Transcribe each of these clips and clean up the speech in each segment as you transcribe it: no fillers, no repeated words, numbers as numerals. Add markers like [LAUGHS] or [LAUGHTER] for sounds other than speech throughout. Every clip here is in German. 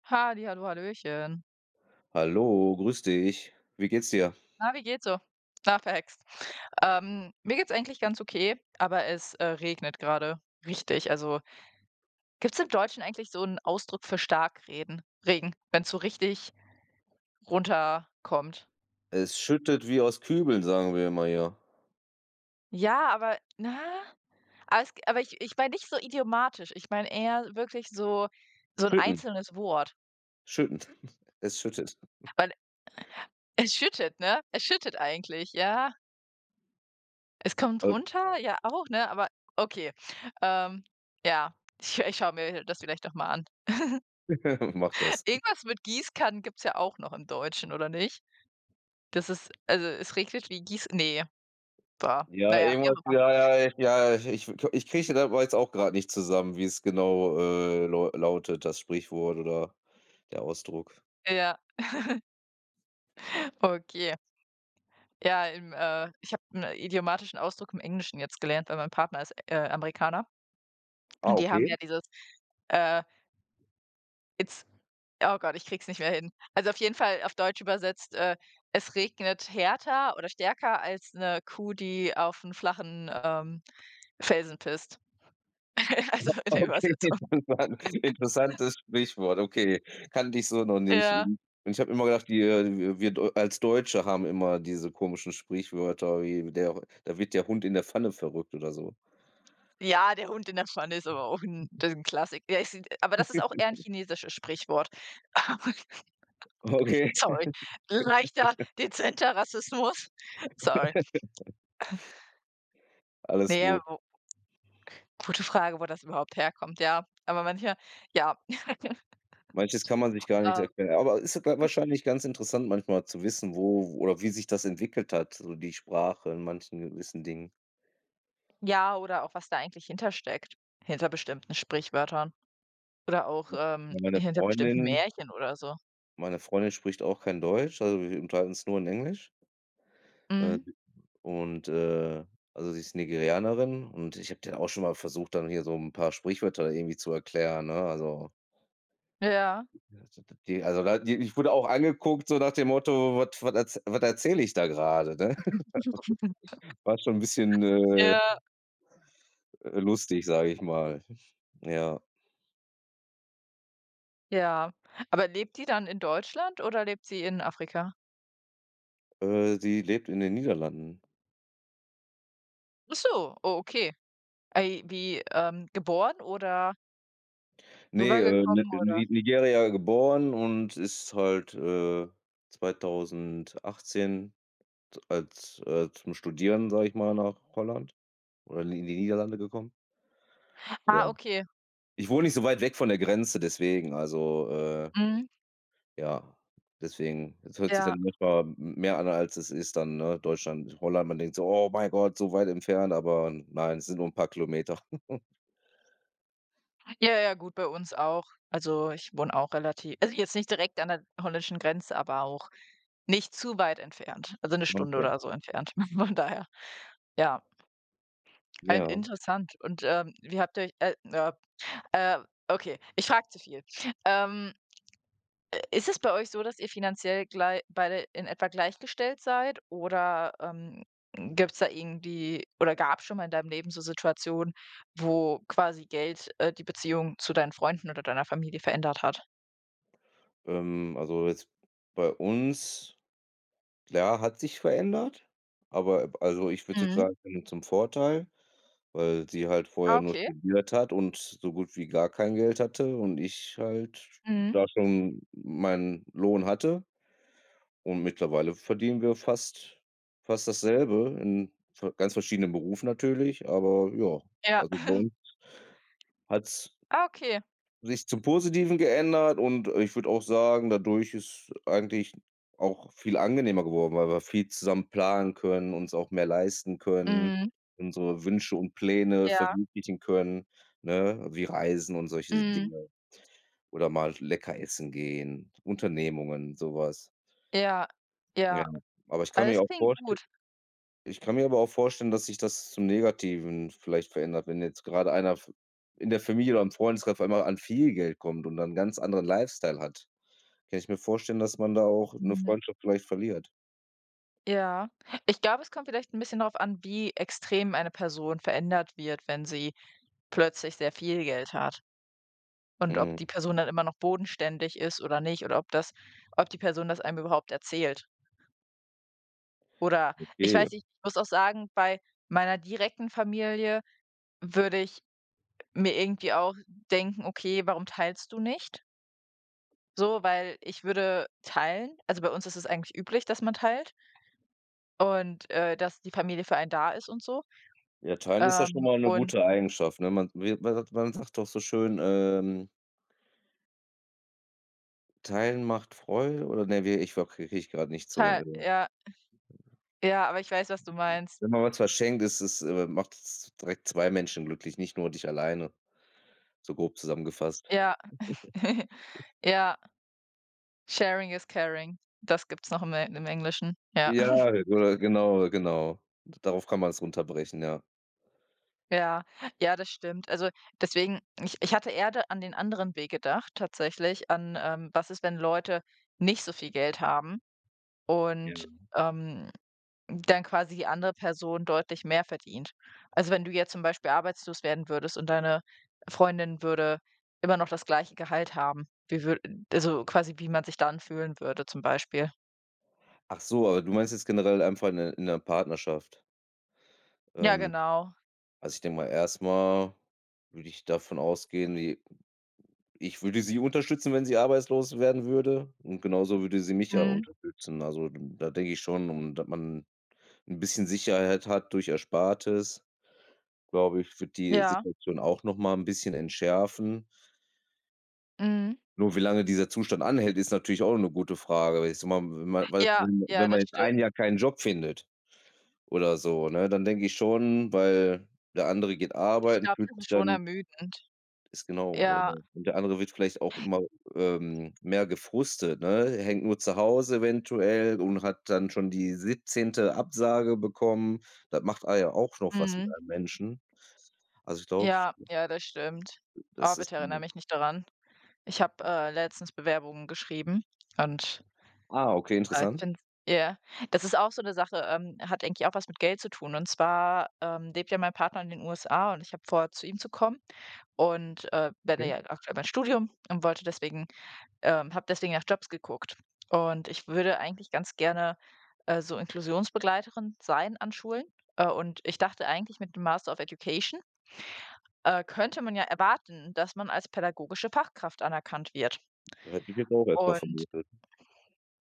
Halli, hallo, hallöchen. Hallo, grüß dich. Wie geht's dir? Na, wie geht's so? Na, verhext. Mir geht's eigentlich ganz okay, aber es, regnet gerade richtig. Also, gibt's im Deutschen eigentlich so einen Ausdruck für Starkreden Regen, wenn's so richtig runterkommt? Es schüttet wie aus Kübeln, sagen wir immer hier. Ja, aber na, aber es aber ich meine nicht so idiomatisch. Ich meine eher wirklich so ein Schütten, einzelnes Wort, schütten. [LAUGHS] Es schüttet. weil es schüttet, ne? Es schüttet eigentlich, ja? Es kommt Al runter, ja auch, ne? Aber okay. Ähm, ja, ich schaue mir das vielleicht doch mal an. [LAUGHS] macht [LAUGHS] das. Irgendwas mit Gießkannen gibt's ja auch noch im Deutschen, oder nicht? Das ist also, es regnet wie Gieß. Nee, boah, Ja, naja, ja, wie auch irgendwas immer. ja, ja, ich ja, ich ich kriege das jetzt auch gerade nicht zusammen, wie es genau, lautet, das Sprichwort oder der Ausdruck. Ja, okay. Ja, ich habe einen idiomatischen Ausdruck im Englischen jetzt gelernt, weil mein Partner ist, Amerikaner, Ah, und die haben okay. ja dieses, äh, it's oh Gott, ich krieg's nicht mehr hin. Also, auf jeden Fall auf Deutsch übersetzt, es regnet härter oder stärker als eine Kuh, die auf einen flachen, Felsen pisst. [LAUGHS] Also, in der Okay, [LAUGHS] Übersetzung. das war 'n interessantes Sprichwort. Okay, kannte ich so noch nicht. Ja. Mhm. Und ich habe immer gedacht, wir Deu als Deutsche haben immer diese komischen Sprichwörter wie der da wird der Hund in der Pfanne verrückt oder so. Ja, der Hund in der Pfanne ist aber auch ein, das ist ein Klassik, der ist aber, das ist auch eher 'n chinesisches Sprichwort. [LAUGHS] Okay, [LAUGHS] Sorry. Leichter, dezenter Rassismus. [LAUGHS] Sorry. alles Nee, gut. wo gute Frage, wo das überhaupt herkommt, ja. Aber manchmal ja. [LAUGHS] Manches kann man sich gar nicht Ähm erklären. Aber ist wa wahrscheinlich ganz interessant manchmal zu wissen, wo oder wie sich das entwickelt hat, so die Sprache in manchen gewissen Dingen. Ja, oder auch was da eigentlich hintersteckt, hinter bestimmten Sprichwörtern oder auch, Ja. Meine hinter bestimmten Freundin Märchen oder so. meine Freundin spricht auch kein Deutsch, also wir unterhalten uns nur in Englisch. Äh Mhm. Und, also, sie ist Nigerianerin und ich habe dann auch schon mal versucht, dann hier so ein paar Sprichwörter irgendwie zu erklären, ne? Also, Ja. ja, die also, da die ich wurde auch angeguckt so nach dem Motto: „Was erzähle ich da gerade, ne?“ [LAUGHS] [LAUGHS] War schon ein bisschen, Ja, lustig, sage ich mal. Ja, ja. Aber lebt die dann in Deutschland oder lebt sie in Afrika? Sie lebt in den Niederlanden. Ach so, oh, okay. Ei, wie, geboren oder Ne, Ni rübergekommen, oder Ni Nigeria geboren und ist halt, 2018 als zum Studieren, sage ich mal, nach Holland. Oder in die Niederlande gekommen? Ja. ah, okay. Ich wohne nicht so weit weg von der Grenze, deswegen, also, Mhm. ja, deswegen. Es hört sich Ja. dann manchmal m mehr an, als es ist dann, ne? Deutschland, Holland, man denkt so: „Oh mein Gott, so weit entfernt“, aber nein, es sind nur 'n paar Kilometer. [LAUGHS] Ja, ja, gut, bei uns auch. Also, ich wohne auch relativ, also, jetzt nicht direkt an der holländischen Grenze, aber auch nicht zu weit entfernt. Also, eine Stunde Okay. oder so entfernt, [LAUGHS] von daher. Ja, ein Ja, interessant. Und, wie habt ihr euch ja, äh, okay, ich frage zu viel. Ähm, Ist es bei euch so, dass ihr finanziell glei beide in etwa gleichgestellt seid, oder, gibt's da irgendwie oder gab's schon mal in deinem Leben so Situationen, wo quasi Geld, die Beziehung zu deinen Freunden oder deiner Familie verändert hat? Also jetzt bei uns, klar, hat sich verändert, aber also, ich würde jetzt Mhm. sagen, zum Vorteil. Weil sie halt Ah, vorher nur okay. studiert hat und so gut wie gar kein Geld hatte und ich halt Mhm. da schon meinen Lohn hatte und mittlerweile verdienen wir fast dasselbe in ver ganz verschiedenen Berufen natürlich, aber ja, Ja. also bei uns [LAUGHS] hat's Ah, okay. sich zum Positiven geändert und ich würde auch sagen, dadurch ist eigentlich auch viel angenehmer geworden, weil wir viel zusammen planen können, uns auch mehr leisten können, Mhm. unsere Wünsche und Pläne Ja. verwirklichen können, ne, wie Reisen und solche Mhm. Dinge oder mal lecker essen gehen, Unternehmungen, sowas. Ja. Ja, Ja. aber Alles klingt gut. ich kann mir aber auch vorstellen, dass sich das zum Negativen vielleicht verändert, wenn jetzt gerade einer f in der Familie oder im Freundeskreis auf einmal an viel Geld kommt und dann 'n ganz anderen Lifestyle hat. Kann ich mir vorstellen, dass man da auch eine Mhm. Freundschaft vielleicht verliert. Ja. Ich glaube, es kommt vielleicht ein bisschen darauf an, wie extrem eine Person verändert wird, wenn sie plötzlich sehr viel Geld hat und ob Mhm, die Person dann immer noch bodenständig ist oder nicht, oder ob die Person das einem überhaupt erzählt. Oder ich okay. weiß nicht, ich muss auch sagen, bei meiner direkten Familie würde ich mir irgendwie auch denken: „Okay, warum teilst du nicht?" So, weil ich würde teilen. Also, bei uns ist es eigentlich üblich, dass man teilt und, dass die Familie für einen da ist und so. Ja, teilen ist ja schon Ähm, mal eine und gute Eigenschaft, ne? Man sagt doch so schön, „Teilen macht Freude“ oder ne, wie ich okay, kriege ich gerade nicht zu, Total, ja, ja, aber ich weiß, was du meinst. wenn man was verschenkt, ist es, macht's direkt 2 Menschen glücklich, nicht nur dich alleine, so grob zusammengefasst. Ja, [LAUGHS] ja, sharing is caring. Das gibt's noch im Englischen. Ja, Ja, [LAUGHS] oder genau, genau. Darauf kann man es runterbrechen, ja. ja, ja, das stimmt. Also, deswegen, ich hatte eher da an den anderen Weg gedacht tatsächlich, an, was ist, wenn Leute nicht so viel Geld haben Ja. und, ähm dann quasi die andere Person deutlich mehr verdient. Also, wenn du jetzt zum Beispiel arbeitslos werden würdest und deine Freundin würde immer noch das gleiche Gehalt haben, wie wür also, quasi wie man sich dann fühlen würde zum Beispiel. Ach so, aber du meinst jetzt generell einfach in 'ner Partnerschaft. Ja, Ähm, genau. also, ich denke mal, erstmal würde ich davon ausgehen, wie ich würde sie unterstützen, wenn sie arbeitslos werden würde und genauso würde sie mich ja Mhm. unterstützen. Also, da denke ich schon, um dass man ein bisschen Sicherheit hat durch Erspartes, glaube ich, wird die Ja. Situation auch noch mal 'n bisschen entschärfen. Mhm. Nur wie lange dieser Zustand anhält, ist natürlich auch 'ne gute Frage. Weil ich sage mal, wenn man weil Ja, wenn ja, wenn man das jetzt stimmt. ein Jahr keinen Job findet oder so, ne, dann denke ich schon, weil der andere geht Ich arbeiten, glaube, fühlt das sich ist schon dann ermüdend. ist genau, oder Ja, und der andere wird vielleicht auch immer, mehr gefrustet, ne? Hängt nur zu Hause eventuell und hat dann schon die siebzehnte Absage bekommen. Das macht a ja auch noch was mit mhm. einem Menschen. Also, ich glaube, Ja, ja, das stimmt. Oh, das ist bitte erinnere 'n, mich nicht daran. Ich habe, letztens Bewerbungen geschrieben, und ah, okay, super, ich interessant. finde, ja. Das ist auch so 'ne Sache, hat eigentlich auch was mit Geld zu tun. Und zwar, lebt ja mein Partner in den USA und ich habe vor, zu ihm zu kommen und, beende Okay. ja aktuell mein Studium und wollte deswegen, habe deswegen nach Jobs geguckt. Und ich würde eigentlich ganz gerne, so Inklusionsbegleiterin sein an Schulen. Und ich dachte eigentlich mit dem Master of Education, könnte man ja erwarten, dass man als pädagogische Fachkraft anerkannt wird. Hätte ich jetzt auch erst mal Und vermutet.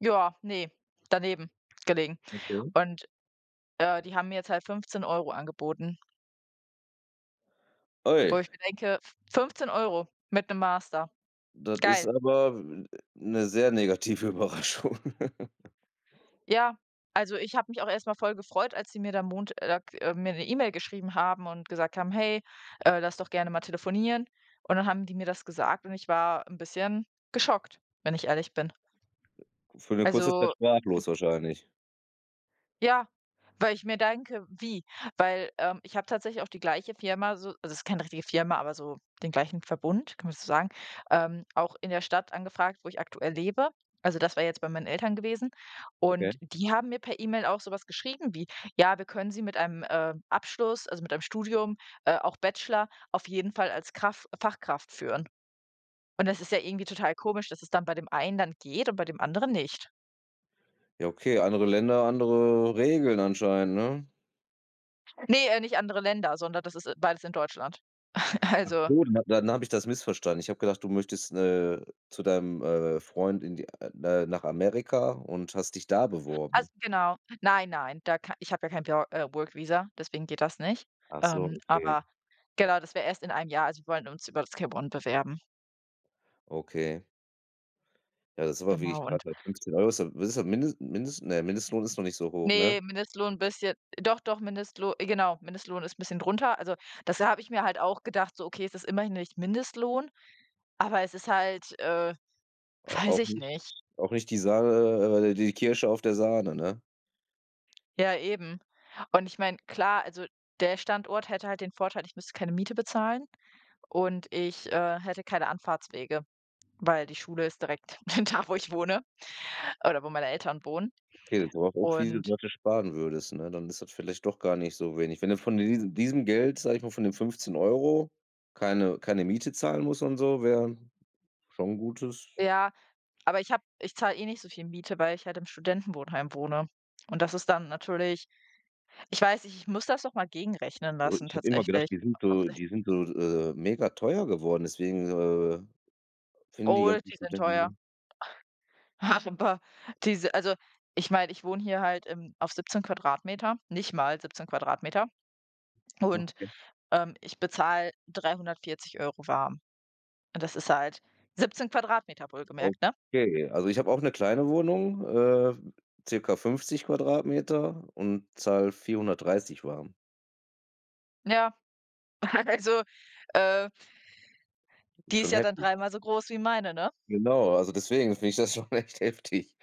ja, ne, daneben gelegen. Okay. Und die haben mir jetzt halt 15 € angeboten, Ui. wo ich mir denke: „F 15 € mit 'nem Master, Das ist geil." aber 'ne sehr negative [LAUGHS] Überraschung. Ja, also, ich habe mich auch erst mal voll gefreut, als sie mir da Mont mir 'ne E-Mail geschrieben haben und gesagt haben: „Hey, lass doch gerne mal telefonieren." Und dann haben die mir das gesagt und ich war 'n bisschen geschockt, wenn ich ehrlich bin. Für 'ne kurze Zeit Also, sprachlos wahrscheinlich. ja, weil ich mir denke: „Wie?" Weil, ich habe tatsächlich auch die gleiche Firma, so also, es ist keine richtige Firma, aber so den gleichen Verbund, kann man das so sagen, auch in der Stadt angefragt, wo ich aktuell lebe. Also, das war jetzt bei meinen Eltern gewesen. Okay. Und die haben mir per E-Mail auch sowas geschrieben wie: „Ja, wir können Sie mit einem, Abschluss, also, mit einem Studium, auch Bachelor, auf jeden Fall als Kraf Fachkraft führen." Und das ist ja irgendwie total komisch, dass es dann bei dem einen dann geht und bei dem anderen nicht. Ja, okay, andere Länder, andere Regeln anscheinend, ne? Ne, nicht andere Länder, sondern das ist, beides in Deutschland. [LAUGHS] Ach Also so, dann habe ich das missverstanden. Ich habe gedacht, du möchtest, zu deinem, Freund in die, nach Amerika und hast dich da beworben. Also, genau. Nein, nein, da ka ich habe ja kein Bor Work Visa, deswegen geht das nicht. Ach so, okay, Aber genau, das wäre erst in einem Jahr. Also, wir wollen uns über das Cap One bewerben. okay. Ja, das ist aber wirklich Genau, krass, und ne? 15 € ist ja, was ist das Mindest Mindest ne, Mindestlohn ist noch nicht so hoch, ne? nee, Mindestlohn ein bisschen, doch, doch, Mindestlohn, genau, Mindestlohn ist 'n bisschen drunter. Also, das habe ich mir halt auch gedacht, so: „Okay, es ist immerhin nicht Mindestlohn, aber es ist halt, Au [LAUGHS] weiß auch ich nicht, nicht." Die Sahne, die Kirsche auf der Sahne, ne? Ja, eben. Und ich meine, klar, also, der Standort hätte halt den Vorteil, ich müsste keine Miete bezahlen und ich, hätte keine Anfahrtswege. Weil die Schule ist direkt [LAUGHS] da, wo ich wohne oder wo meine Eltern wohnen. Okay, das ist auch viel, Und was du sparen würdest, ne? Dann ist das vielleicht doch gar nicht so wenig. Wenn du von diesem Geld, sag ich mal, von den 15 € keine Miete zahlen musst und so, wäre schon ein gutes, ja, aber ich zahle eh nicht so viel Miete, weil ich halt im Studentenwohnheim wohne. Und das ist dann natürlich, ich weiß nicht, ich muss das noch mal gegenrechnen so, lassen ich habe immer gedacht, tatsächlich. die sind Ob- so, mega teuer geworden, deswegen, finden die Oh, ganzen die sind Studenten teuer. so, [LAUGHS] Aber diese, also, ich meine, ich wohne hier halt im auf 17 Quadratmeter, nicht mal 17 Quadratmeter und, [LAUGHS] ich bezahle 340 € warm. Und das ist halt 17 Quadratmeter okay. wohlgemerkt, ne? Okay, also ich habe auch eine kleine Wohnung, circa 50 Quadratmeter und zahl 430 warm. Ja. [LAUGHS] Also, äh, Ist die ist schon ja dann heftig. dreimal so groß wie meine, ne? Genau, also deswegen finde ich das [LAUGHS] schon echt heftig.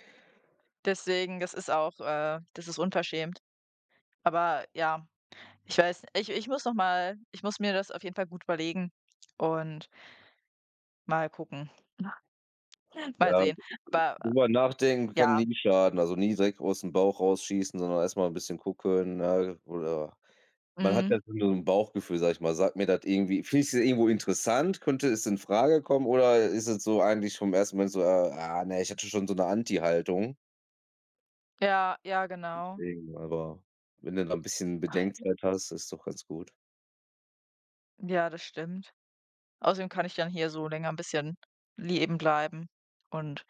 Deswegen, das ist auch, das ist unverschämt. Aber ja, ich weiß, ich muss noch mal, ich muss mir das auf jeden Fall gut überlegen und mal gucken, [LAUGHS] mal Ja, sehen. Aber drüber nachdenken ja, kann nie schaden. Also, nie direkt aus dem Bauch rausschießen, sondern erst mal 'n bisschen gucken, ne, oder man hat ja mhm, so 'n Bauchgefühl, sage ich mal. Sagt mir das irgendwie, finde ich das irgendwo interessant? Könnte es in Frage kommen oder ist es so eigentlich vom ersten Moment so: ah, ne“, ich hatte schon so 'ne Anti-Haltung. ja, ja, genau. Deswegen, aber wenn du da 'n bisschen Bedenkzeit hast, ist doch ganz gut. Ja, das stimmt. Außerdem kann ich dann hier so länger ein bisschen leben bleiben und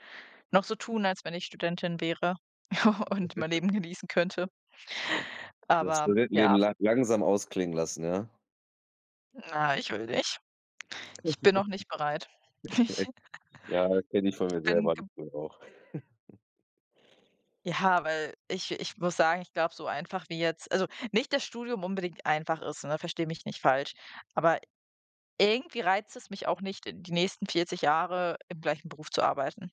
noch so tun, als wenn ich Studentin wäre [LAUGHS] und mein Leben genießen könnte. Das Aber ja, Studentenleben la langsam ausklingen lassen, ja? na, ich will nicht. Ich bin noch nicht bereit. [LAUGHS] Ja, kenne ich von Ich mir bin selber, das ge wohl auch. Ja, weil ich muss sagen, ich glaube, so einfach wie jetzt, also, nicht das Studium unbedingt einfach ist, ne, verstehe mich nicht falsch, aber irgendwie reizt es mich auch nicht, die nächsten 40 Jahre im gleichen Beruf zu arbeiten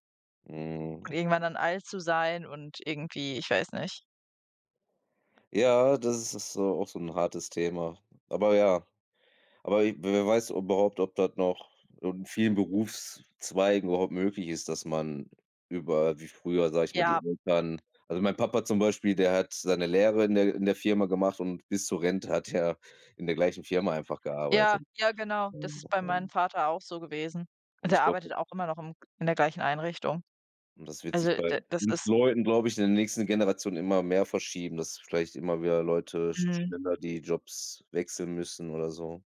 Mhm. und irgendwann dann alt zu sein und irgendwie, ich weiß nicht. Ja, das ist so auch so ein hartes Thema. Aber ja, aber i wer weiß überhaupt, ob das noch in vielen Berufszweigen überhaupt möglich ist, dass man über wie früher, sage ich mal, die Ja, Eltern, also, mein Papa zum Beispiel, der hat seine Lehre in der Firma gemacht und bis zur Rente hat er in der gleichen Firma einfach ja, gearbeitet. ja, genau. Das ist bei meinem Und Vater auch so gewesen. Ich Der glaube, arbeitet auch immer noch im in der gleichen Einrichtung. das wird Also, sich bei d das uns ist, Leuten, glaube ich, in der nächsten Generation immer mehr verschieben, dass vielleicht immer wieder Leute mhm. schneller die Jobs wechseln müssen oder so.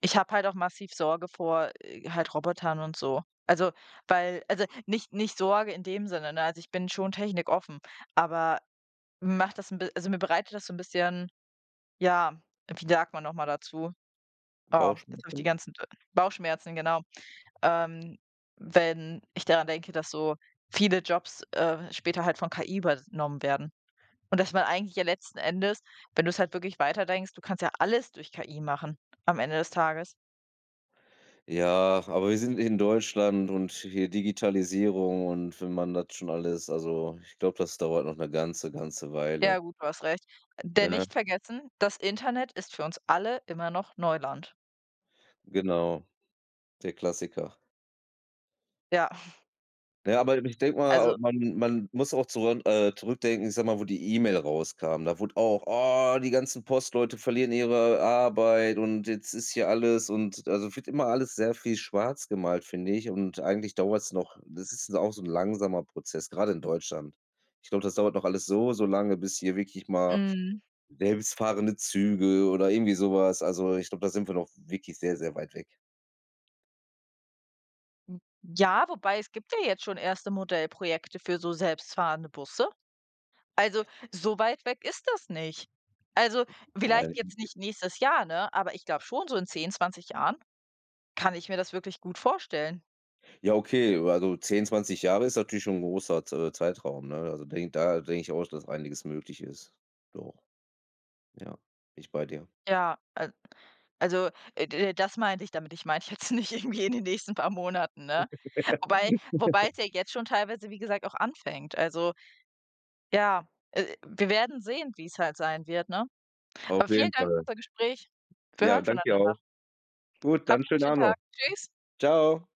Ich habe halt auch massiv Sorge vor, halt Robotern und so. Also, weil, also, nicht Sorge in dem Sinne, ne? Also, ich bin schon technikoffen, aber mir macht das ein bisschen, also, mir bereitet das so ein bisschen, ja, wie sagt man noch mal dazu? Oh, jetzt habe ich die Bauchschmerzen? ganzen Bauchschmerzen, genau. Ähm, Wenn ich daran denke, dass so viele Jobs, später halt von KI übernommen werden. Und dass man eigentlich ja letzten Endes, wenn du es halt wirklich weiterdenkst, du kannst ja alles durch KI machen am Ende des Tages. Ja, aber wir sind in Deutschland und hier Digitalisierung und wenn man das schon alles, also, ich glaube, das dauert noch eine ganze, ganze Ja Weile, gut, du hast recht. Denn ne? nicht vergessen, das Internet ist für uns alle immer noch Neuland. Genau, der Klassiker. Ja, Ja, aber ich denke mal, also, man muss auch zuran zurückdenken, ich sag mal, wo die E-Mail rauskam. Da wurde auch: „Oh, die ganzen Postleute verlieren ihre Arbeit und jetzt ist hier alles“ und also, wird immer alles sehr viel schwarz gemalt, finde ich und eigentlich dauert es noch, das ist auch so ein langsamer Prozess, gerade in Deutschland. Ich glaube, das dauert noch alles so, so lange, bis hier wirklich mal hm, selbstfahrende Züge oder irgendwie sowas, also, ich glaube, da sind wir noch wirklich sehr, sehr weit weg. ja, wobei es gibt ja jetzt schon erste Modellprojekte für so selbstfahrende Busse. Also, so weit weg ist das nicht. Also, vielleicht jetzt nicht nächstes Jahr, ne, aber ich glaube schon so in 10, 20 Jahren kann ich mir das wirklich gut vorstellen. Ja, okay, also 10 20 Jahre ist natürlich schon 'n großer Z Zeitraum, ne? Also, denke ich auch, dass einiges möglich ist. Doch, ja, bin ich bei dir. Ja, al also, d das meinte ich damit. Ich meinte [LAUGHS] jetzt nicht irgendwie in den nächsten paar Monaten, ne? Wobei wobei es ja jetzt schon teilweise, wie gesagt, auch anfängt. Also, ja, wir werden sehen, wie es halt sein wird, ne? Aber Auf vielen jeden Dank für Fall. unser Gespräch. Wir Ja, hören danke dir voneinander. auch. Gut, dann Habt noch 'n schönen schönen Abend Tag. noch. Tschüss. Tschau.